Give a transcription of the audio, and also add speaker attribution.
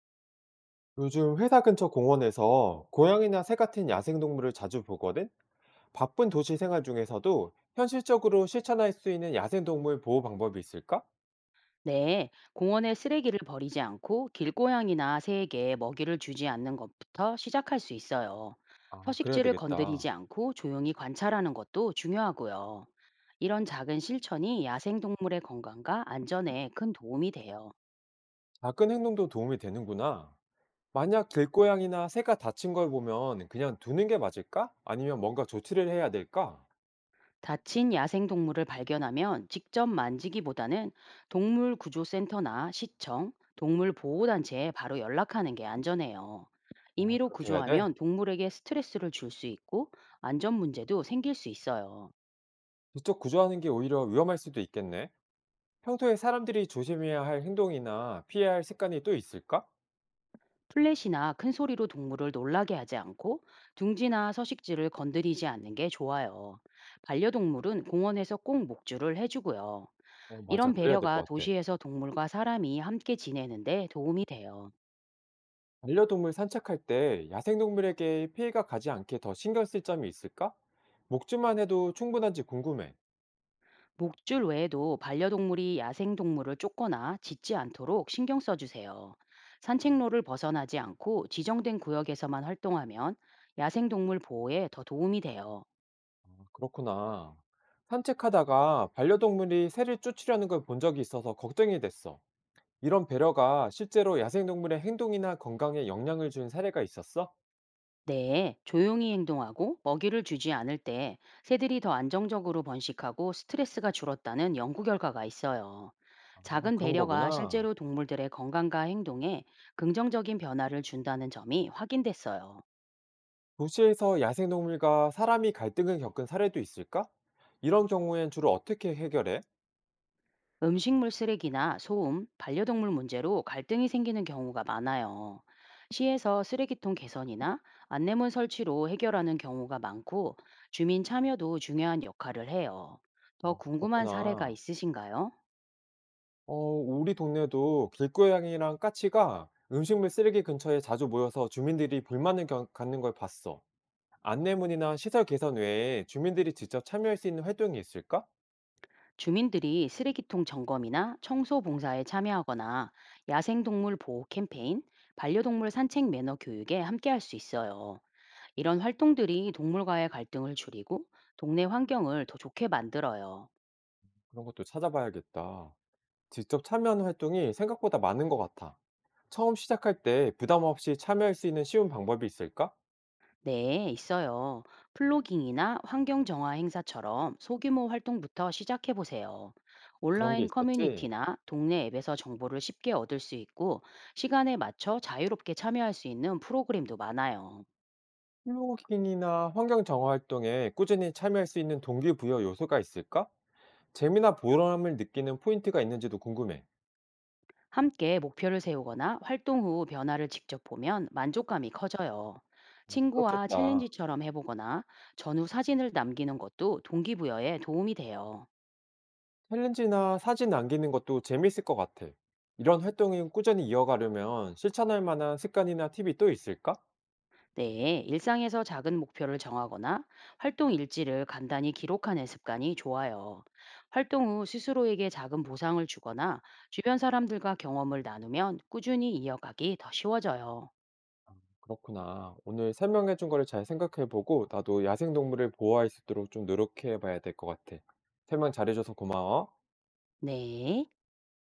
Speaker 1: 요즘 회사 근처 공원에서 고양이나 새 같은 야생동물을 자주 보거든? 바쁜 도시 생활 중에서도 현실적으로 실천할 수 있는 야생동물 보호 방법이 있을까?
Speaker 2: 네, 공원에 쓰레기를 버리지 않고 길고양이나 새에게 먹이를 주지 않는 것부터 시작할 수 있어요.
Speaker 1: 아, 그래야
Speaker 2: 서식지를
Speaker 1: 되겠다.
Speaker 2: 건드리지 않고 조용히 관찰하는 것도 중요하고요. 이런 작은 실천이 야생동물의 건강과 안전에 큰 도움이 돼요.
Speaker 1: 작은 행동도 도움이 되는구나. 만약 길고양이나 새가 다친 걸 보면 그냥 두는 게 맞을까? 아니면 뭔가 조치를 해야 될까?
Speaker 2: 다친 야생동물을 발견하면 직접 만지기보다는 동물구조센터나 시청, 동물보호단체에 바로 연락하는 게 안전해요.
Speaker 1: 아,
Speaker 2: 임의로
Speaker 1: 그렇게 해야 돼?
Speaker 2: 구조하면 동물에게 스트레스를 줄 수 있고 안전 문제도 생길 수 있어요.
Speaker 1: 직접 구조하는 게 오히려 위험할 수도 있겠네. 평소에 사람들이 조심해야 할 행동이나 피해야 할 습관이 또 있을까?
Speaker 2: 플랫이나 큰 소리로 동물을 놀라게 하지 않고 둥지나 서식지를 건드리지 않는 게 좋아요. 반려동물은 공원에서 꼭 목줄을 해주고요.
Speaker 1: 어, 맞아.
Speaker 2: 이런
Speaker 1: 그래야 될
Speaker 2: 배려가
Speaker 1: 것 같아.
Speaker 2: 도시에서 동물과 사람이 함께 지내는데 도움이 돼요.
Speaker 1: 반려동물 산책할 때 야생동물에게 피해가 가지 않게 더 신경 쓸 점이 있을까? 목줄만 해도 충분한지 궁금해.
Speaker 2: 목줄 외에도 반려동물이 야생동물을 쫓거나 짖지 않도록 신경 써주세요. 산책로를 벗어나지 않고 지정된 구역에서만 활동하면 야생동물 보호에 더 도움이 돼요.
Speaker 1: 아, 그렇구나. 산책하다가 반려동물이 새를 쫓으려는 걸 본 적이 있어서 걱정이 됐어. 이런 배려가 실제로 야생동물의 행동이나 건강에 영향을 준 사례가 있었어?
Speaker 2: 네, 조용히 행동하고 먹이를 주지 않을 때 새들이 더 안정적으로 번식하고 스트레스가 줄었다는 연구 결과가 있어요.
Speaker 1: 아,
Speaker 2: 작은
Speaker 1: 그런
Speaker 2: 배려가
Speaker 1: 거구나.
Speaker 2: 실제로 동물들의 건강과 행동에 긍정적인 변화를 준다는 점이 확인됐어요.
Speaker 1: 도시에서 야생동물과 사람이 갈등을 겪은 사례도 있을까? 이런 경우엔 주로 어떻게 해결해?
Speaker 2: 음식물 쓰레기나 소음, 반려동물 문제로 갈등이 생기는 경우가 많아요. 시에서 쓰레기통 개선이나 안내문 설치로 해결하는 경우가 많고 주민 참여도 중요한 역할을 해요. 더
Speaker 1: 아,
Speaker 2: 궁금한 사례가
Speaker 1: 그렇구나.
Speaker 2: 있으신가요?
Speaker 1: 어, 우리 동네도 길고양이랑 까치가 음식물 쓰레기 근처에 자주 모여서 주민들이 갖는 걸 봤어. 안내문이나 시설 개선 외에 주민들이 직접 참여할 수 있는 활동이 있을까?
Speaker 2: 주민들이 쓰레기통 점검이나 청소 봉사에 참여하거나 야생동물 보호 캠페인, 반려동물 산책 매너 교육에 함께할 수 있어요. 이런 활동들이 동물과의 갈등을 줄이고 동네 환경을 더 좋게 만들어요.
Speaker 1: 그런 것도 찾아봐야겠다. 직접 참여하는 활동이 생각보다 많은 것 같아. 처음 시작할 때 부담 없이 참여할 수 있는 쉬운 방법이 있을까?
Speaker 2: 네, 있어요. 플로깅이나 환경 정화 행사처럼 소규모 활동부터 시작해 보세요.
Speaker 1: 그런 게
Speaker 2: 온라인
Speaker 1: 있었지.
Speaker 2: 커뮤니티나 동네 앱에서 정보를 쉽게 얻을 수 있고 시간에 맞춰 자유롭게 참여할 수 있는 프로그램도 많아요.
Speaker 1: 플로깅이나 환경 정화 활동에 꾸준히 참여할 수 있는 동기부여 요소가 있을까? 재미나 보람을 느끼는 포인트가 있는지도 궁금해.
Speaker 2: 함께 목표를 세우거나 활동 후 변화를 직접 보면 만족감이 커져요. 친구와
Speaker 1: 그렇겠다.
Speaker 2: 챌린지처럼 해보거나 전후 사진을 남기는 것도 동기부여에 도움이 돼요.
Speaker 1: 챌린지나 사진 남기는 것도 재미있을 것 같아. 이런 활동을 꾸준히 이어가려면 실천할 만한 습관이나 팁이 또 있을까?
Speaker 2: 네, 일상에서 작은 목표를 정하거나 활동 일지를 간단히 기록하는 습관이 좋아요. 활동 후 스스로에게 작은 보상을 주거나 주변 사람들과 경험을 나누면 꾸준히 이어가기 더 쉬워져요.
Speaker 1: 그렇구나. 오늘 설명해준 거를 잘 생각해보고 나도 야생동물을 보호할 수 있도록 좀 노력해봐야 될 것 같아. 설명 잘해줘서 고마워.
Speaker 2: 네.